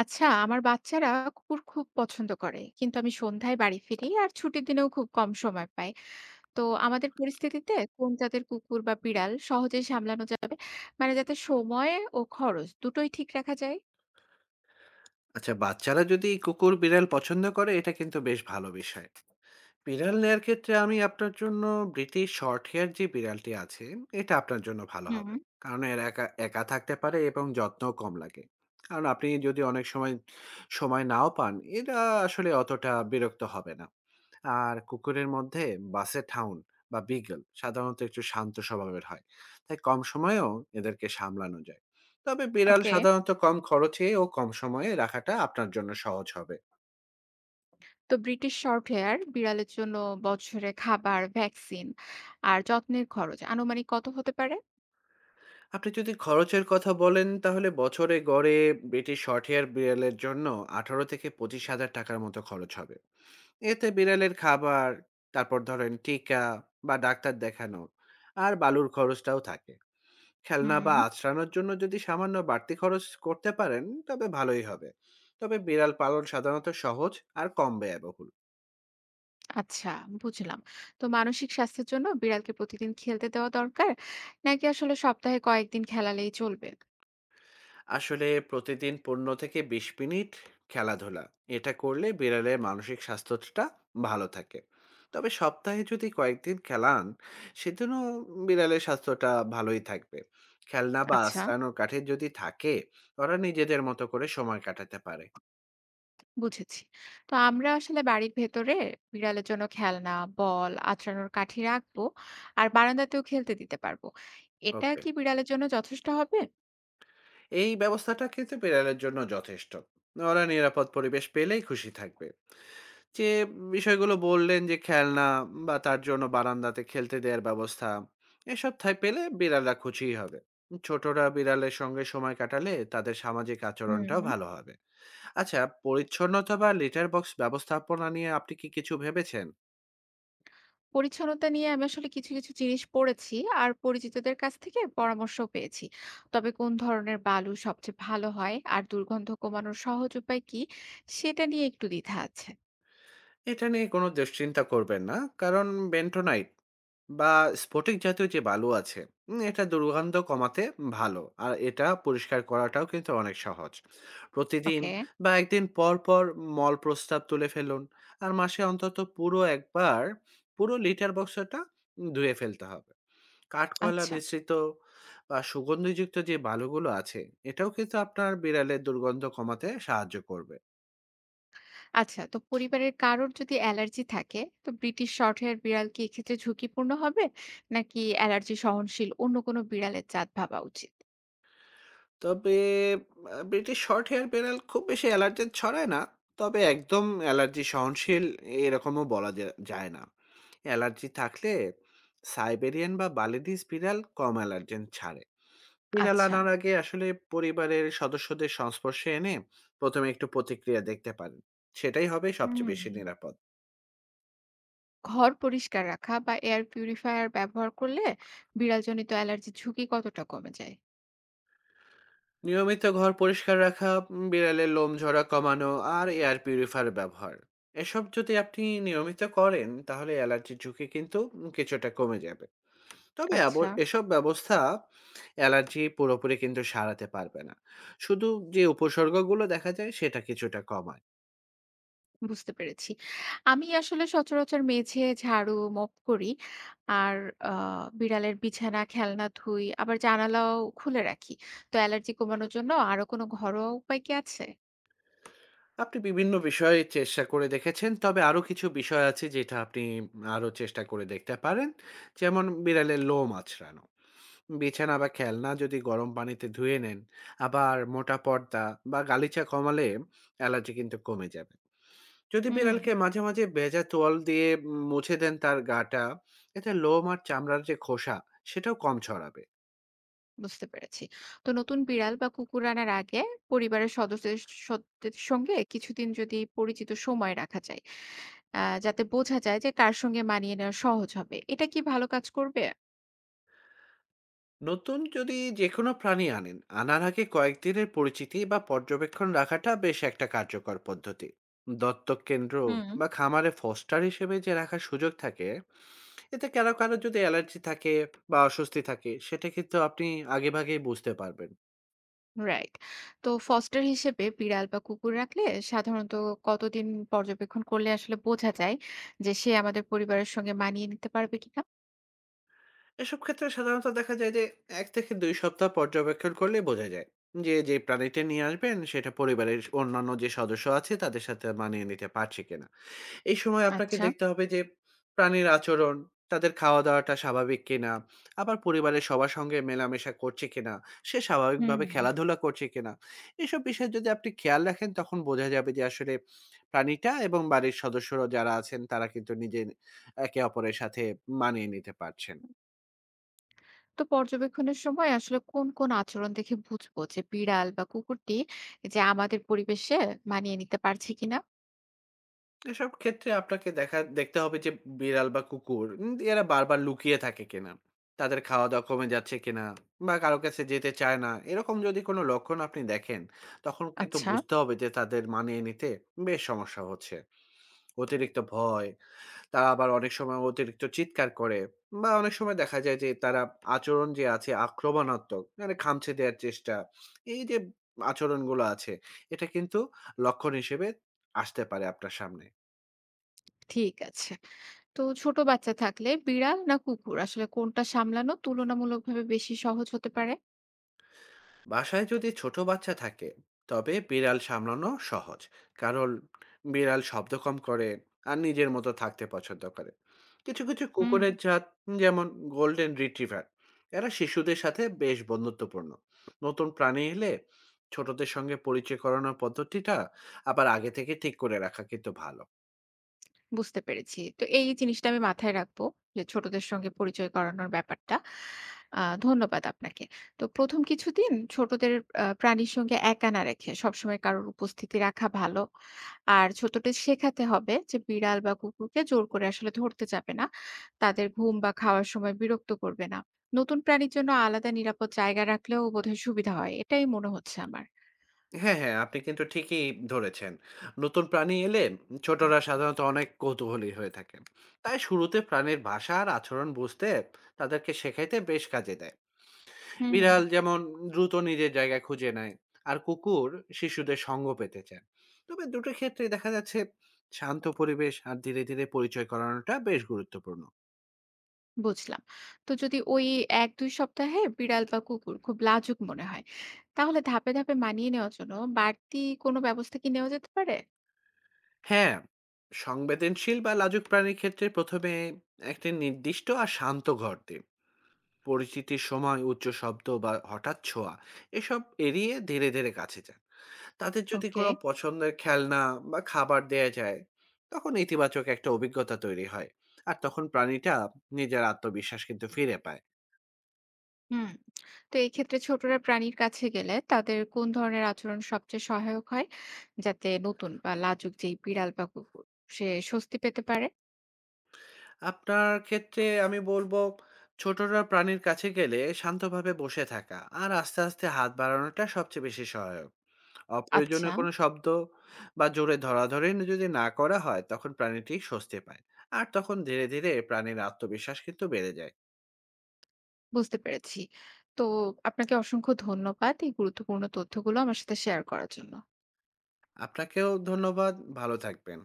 আচ্ছা আমার বাচ্চারা কুকুর খুব পছন্দ করে, কিন্তু আমি সন্ধ্যায় বাড়ি ফিরি আর ছুটির দিনেও খুব কম সময় পাই। তো আমাদের পরিস্থিতিতে কোন জাতের কুকুর বা বিড়াল সহজে সামলানো যাবে, মানে যাতে সময় ও খরচ দুটোই ঠিক রাখা যায়? আচ্ছা বাচ্চারা যদি কুকুর বিড়াল পছন্দ করে, এটা কিন্তু বেশ ভালো বিষয়। বিড়াল নেয়ার ক্ষেত্রে আমি আপনার জন্য ব্রিটিশ শর্ট হেয়ার যে বিড়ালটি আছে, এটা আপনার জন্য ভালো হুম। হবে। কারণ এর একা একা থাকতে পারে এবং যত্ন কম লাগে। কারণ আপনি যদি অনেক সময় সময় নাও পান, এটা আসলে অতটা বিরক্ত হবে না। আর কুকুরের মধ্যে বাসে ঠাউন বা বিগল সাধারণত একটু শান্ত স্বভাবের হয়, তাই কম সময়েও এদেরকে সামলানো যায়। তবে বিড়াল ওকে, সাধারণত কম খরচে ও কম সময়ে রাখাটা আপনার জন্য সহজ হবে। তো ব্রিটিশ শর্ট হেয়ার বিড়ালের জন্য বছরে খাবার, ভ্যাকসিন আর যত্নের খরচ আনুমানিক কত হতে পারে? আপনি যদি খরচের কথা বলেন, তাহলে বছরে গড়ে ব্রিটিশ শর্টহেয়ার বিড়ালের জন্য ১৮ থেকে ২৫ হাজার টাকার মতো খরচ হবে। এতে বিড়ালের খাবার, তারপর ধরেন টিকা বা ডাক্তার দেখানো, আর বালুর খরচটাও থাকে। খেলনা বা হুম, আশ্রানোর জন্য যদি সামান্য বাড়তি খরচ করতে পারেন, তবে ভালোই হবে। তবে বিড়াল পালন সাধারণত সহজ আর কম ব্যয়বহুল। আচ্ছা, বুঝলাম। তো মানসিক স্বাস্থ্যের জন্য বিড়ালকে প্রতিদিন খেলতে দেওয়া দরকার, নাকি আসলে সপ্তাহে কয়েকদিন খেলালেই চলবে? আসলে প্রতিদিন ১৫ থেকে ২০ মিনিট খেলাধুলা, এটা করলে বিড়ালের মানসিক স্বাস্থ্যটা ভালো থাকে। তবে সপ্তাহে যদি কয়েকদিন খেলান, সেদিনও বিড়ালের স্বাস্থ্যটা ভালোই থাকবে। খেলনা বা আচ্ছা, আশ্রানোর কাঠে যদি থাকে, ওরা নিজেদের মতো করে সময় কাটাতে পারে। বুঝেছি। তো আমরা আসলে বাড়ির ভেতরে বিড়ালের জন্য খেলনা, বল, আঁচড়ানোর কাঠি রাখবো আর বারান্দাতেও খেলতে দিতে পারবো। এটা ওকে, কি বিড়ালের জন্য যথেষ্ট হবে? এই ব্যবস্থাটা কিন্তু বিড়ালের জন্য যথেষ্ট। ওরা নিরাপদ পরিবেশ পেলেই খুশি থাকবে। যে বিষয়গুলো বললেন, যে খেলনা বা তার জন্য বারান্দাতে খেলতে দেওয়ার ব্যবস্থা, এসব ঠাঁই পেলে বিড়ালরা খুশিই হবে। ছোটরা বিড়ালের সঙ্গে সময় কাটালে তাদের সামাজিক আচরণটাও হুম। ভালো হবে। আচ্ছা, পরিচ্ছন্নতা বা লিটার বক্স ব্যবস্থাপনা নিয়ে আপনি কি কিছু ভেবেছেন? পরিচ্ছন্নতা নিয়ে আমি আসলে কিছু জিনিস পড়েছি, আর পরিচিতদের কাছ থেকে পরামর্শও পেয়েছি। তবে কোন ধরনের বালু সবচেয়ে ভালো হয় আর দুর্গন্ধ কমানোর সহজ উপায় কি? সেটা নিয়ে একটু দ্বিধা আছে। এটা নিয়ে কোনো দুশ্চিন্তা করবেন না। কারণ বেন্টোনাইট বা স্ফটিক জাতীয় যে বালু আছে, এটা দুর্গন্ধ কমাতে ভালো, আর এটা পরিষ্কার করাটাও কিন্তু অনেক সহজ। প্রতিদিন ওকে, বা একদিন পর পর মল প্রস্তাব তুলে ফেলুন। আর মাসে অন্তত পুরো একবার পুরো লিটার বক্সটা ধুয়ে ফেলতে হবে। কাঠকয়লা আচ্ছা। মিশ্রিত বা সুগন্ধিযুক্ত যে বালুগুলো আছে, এটাও কিন্তু আপনার বিড়ালের দুর্গন্ধ কমাতে সাহায্য করবে। আচ্ছা, তো পরিবারের কারোর যদি অ্যালার্জি থাকে, তো ব্রিটিশ শর্টহেয়ার বিড়াল কি এক্ষেত্রে ঝুঁকিপূর্ণ হবে? নাকি অ্যালার্জি সহনশীল অন্য কোনো বিড়ালের জাত ভাবা উচিত? তবে ব্রিটিশ শর্ট হেয়ার বেড়াল খুব বেশি অ্যালার্জেন ছড়ায় না। তবে একদম অ্যালার্জি সহনশীল এরকমও বলা যায় না। অ্যালার্জি থাকলে সাইবেরিয়ান বা বালিদিস বিড়াল কম অ্যালার্জেন ছাড়ে। বিড়াল আচ্ছা, আনার আগে আসলে পরিবারের সদস্যদের সংস্পর্শে এনে ১ম এ একটু প্রতিক্রিয়া দেখতে পারেন। সেটাই হবে হুম। সবচেয়ে বেশি নিরাপদ। ঘর পরিষ্কার রাখা বা এয়ার পিউরিফায়ার ব্যবহার করলে বিড়ালজনিত অ্যালার্জির ঝুঁকি কতটা কমে যায়? নিয়মিত ঘর পরিষ্কার রাখা, বিড়ালের লোম ঝরা কমানো, আর এয়ার পিউরিফায়ার ব্যবহার, এসব যদি আপনি নিয়মিত করেন, তাহলে অ্যালার্জির ঝুঁকি কিন্তু কিছুটা কমে যাবে। তবে আচ্ছা, এসব ব্যবস্থা অ্যালার্জি পুরোপুরি কিন্তু সারাতে পারবে না। শুধু যে উপসর্গগুলো দেখা যায়, সেটা কিছুটা কমায়। বুঝতে পেরেছি। আমি আসলে সচরাচর মেঝে ঝাড়ু মপ করি, আর বিড়ালের বিছানা, খেলনা ধুই, আবার জানালাও খুলে রাখি। তো অ্যালার্জি কমানোর জন্য আরো কোনো ঘরোয়া উপায় কি আছে? আপনি বিভিন্ন বিষয়ে চেষ্টা করে দেখেছেন, তবে আরও কিছু বিষয় আছে যেটা আপনি আরও চেষ্টা করে দেখতে পারেন। যেমন বিড়ালের লোম আঁচড়ানো, বিছানা বা খেলনা যদি গরম পানিতে ধুয়ে নেন, আবার মোটা পর্দা বা গালিচা কমালে অ্যালার্জি কিন্তু কমে যাবে। যদি হুম, বিড়ালকে মাঝে মাঝে ভেজা তোয়াল দিয়ে মুছে দেন তার গাটা, এতে লোম আর চামড়ার যে খোসা, সেটাও কম ছড়াবে। বুঝতে পেরেছি। তো নতুন বিড়াল বা কুকুর আনার আগে পরিবারের সদস্যদের সদস্যদের সঙ্গে কিছুদিন যদি পরিচিত সময় রাখা যায়, আ যাতে বোঝা যায় যে কার সঙ্গে মানিয়ে নেওয়া সহজ হবে। এটা কি ভালো কাজ করবে? নতুন যদি যে কোনো প্রাণী আনেন, আনার আগে কয়েকদিনের পরিচিতি বা পর্যবেক্ষণ রাখাটা বেশ একটা কার্যকর পদ্ধতি। দত্তক কেন্দ্র হুম। বা খামারে ফস্টার হিসেবে যে রাখার সুযোগ থাকে, এতে কারো কারো যদি অ্যালার্জি থাকে বা অস্বস্তি থাকে, সেটা কিন্তু আপনি আগেভাগেই বুঝতে পারবেন। রাইট। তো ফস্টার হিসেবে বিড়াল বা কুকুর রাখলে সাধারণত কতদিন পর্যবেক্ষণ করলে আসলে বোঝা যায় যে সে আমাদের পরিবারের সঙ্গে মানিয়ে নিতে পারবে কিনা? এসব ক্ষেত্রে সাধারণত দেখা যায় যে ১ থেকে ২ সপ্তাহ পর্যবেক্ষণ করলেই বোঝা যায় যে, যে প্রাণীটা নিয়ে আসবেন সেটা পরিবারের অন্যান্য যে সদস্য আছে তাদের সাথে মানিয়ে নিতে পারছে কিনা। এই সময় আপনাকে আচ্ছা। দেখতে হবে যে প্রাণীর আচরণ, তাদের খাওয়া-দাওয়াটা স্বাভাবিক কিনা, আবার পরিবারের সবার সঙ্গে মেলামেশা করছে কিনা, সে হুম। স্বাভাবিকভাবে খেলাধুলা করছে কিনা। এসব বিষয় যদি আপনি খেয়াল রাখেন, তখন বোঝা যাবে যে আসলে প্রাণীটা এবং বাড়ির সদস্যরা যারা আছেন তারা কিন্তু নিজের একে অপরের সাথে মানিয়ে নিতে পারছেন। তো পর্যবেক্ষণের সময় আসলে কোন আচরণ দেখে বুঝবো যে বিড়াল বা কুকুরটি যে আমাদের পরিবেশে মানিয়ে নিতে পারছে কিনা? এসব ক্ষেত্রে আপনাকে দেখতে হবে যে বিড়াল বা কুকুর, এরা বারবার লুকিয়ে থাকে কিনা, তাদের খাওয়া দাওয়া কমে যাচ্ছে কিনা, বা কারো কাছে যেতে চায় না, এরকম যদি কোনো লক্ষণ আপনি দেখেন, তখন কিন্তু আচ্ছা। বুঝতে হবে যে তাদের মানিয়ে নিতে বেশ সমস্যা হচ্ছে। অতিরিক্ত ভয়, তারা আবার অনেক সময় অতিরিক্ত চিৎকার করে, বা অনেক সময় দেখা যায় যে তারা আচরণ যে আছে আক্রমণাত্মক, মানে খামচে দেওয়ার চেষ্টা, এই যে আচরণগুলো আছে, এটা কিন্তু লক্ষণ হিসেবে আসতে পারে আপনার সামনে। ঠিক আছে। তো ছোট বাচ্চা থাকলে বিড়াল না কুকুর, আসলে কোনটা সামলানো তুলনামূলকভাবে বেশি সহজ হতে পারে? বাসায় যদি ছোট বাচ্চা থাকে, তবে বিড়াল সামলানো সহজ। কারণ বিড়াল শব্দ কম করে আর নিজের মতো থাকতে পছন্দ করে। কিছু কিছু হুম, কুকুরের জাত, যেমন গোল্ডেন রিট্রিভার, এরা শিশুদের সাথে বেশ বন্ধুত্বপূর্ণ। নতুন প্রাণী এলে ছোটদের সঙ্গে পরিচয় করানোর পদ্ধতিটা আবার আগে থেকে ঠিক করে রাখা কিন্তু ভালো। বুঝতে পেরেছি। তো এই জিনিসটা আমি মাথায় রাখবো, যে ছোটদের সঙ্গে পরিচয় করানোর ব্যাপারটা। ধন্যবাদ আপনাকে। তো ১ম কিছুদিন ছোটদের প্রাণীর সঙ্গে একা না রেখে সবসময় কারোর উপস্থিতি রাখা ভালো। আর ছোটদের শেখাতে হবে যে বিড়াল বা কুকুরকে জোর করে আসলে ধরতে যাবে না। তাদের ঘুম বা খাওয়ার সময় বিরক্ত করবে না। নতুন প্রাণীর জন্য আলাদা নিরাপদ জায়গা রাখলেও বোধহয় সুবিধা হয়। এটাই মনে হচ্ছে আমার। হ্যাঁ, হ্যাঁ, আপনি কিন্তু ঠিকই ধরেছেন। নতুন প্রাণী এলে ছোটরা সাধারণত অনেক কৌতূহলী হয়ে থাকেন। তাই শুরুতে প্রাণীর ভাষা আর আচরণ বুঝতে তাদেরকে শেখাইতে বেশ কাজে দেয়। হুম। বিড়াল যেমন দ্রুত নিজের জায়গা খুঁজে নেয়, আর কুকুর শিশুদের সঙ্গ পেতে চায়। তবে দুটো ক্ষেত্রেই দেখা যাচ্ছে শান্ত পরিবেশ আর ধীরে ধীরে পরিচয় করানোটা বেশ গুরুত্বপূর্ণ। বুঝলাম। তো যদি ওই ১-২ সপ্তাহে বিড়াল বা কুকুর খুব লাজুক মনে হয়, তাহলে ধাপে মানিয়ে নেওয়ার জন্য বাড়তি কোনো ব্যবস্থা কি নেওয়া যেতে পারে? হ্যাঁ, সংবেদনশীল বা লাজুক প্রাণীর ক্ষেত্রে ১ম এ একটি নির্দিষ্ট আর শান্ত ঘর দিন। পরিচিতির সময় উচ্চ শব্দ বা হঠাৎ ছোঁয়া, এসব এড়িয়ে ধীরে ধীরে কাছে যান। তাদের যদি ওকে। কোনো পছন্দের খেলনা বা খাবার দেয়া যায়, তখন ইতিবাচক একটা অভিজ্ঞতা তৈরি হয়, আর তখন প্রাণীটা নিজের আত্মবিশ্বাস কিন্তু ফিরে পায়। হুম। তো এই ক্ষেত্রে ছোটরা প্রাণীর কাছে গেলে তাদের কোন ধরনের আচরণ সবচেয়ে সহায়ক হয়, যাতে নতুন বা লাজুক যেই বিড়াল বা কুকুর সে স্বস্তি পেতে পারে? আপনার ক্ষেত্রে আমি বলবো, ছোটরা প্রাণীর কাছে গেলে শান্তভাবে বসে থাকা আর আস্তে আস্তে হাত বাড়ানোটা সবচেয়ে বেশি সহায়ক। আচ্ছা, অপ্রয়োজনীয় কোনো শব্দ বা জোরে ধরাধরি যদি না করা হয়, তখন প্রাণীটি স্বস্তি পায়। আর তখন ধীরে ধীরে প্রাণীর আত্মবিশ্বাস কিন্তু বেড়ে যায়। বুঝতে পেরেছি। তো আপনাকে অসংখ্য ধন্যবাদ এই গুরুত্বপূর্ণ তথ্যগুলো আমার সাথে শেয়ার করার জন্য। আপনাকেও ধন্যবাদ। ভালো থাকবেন।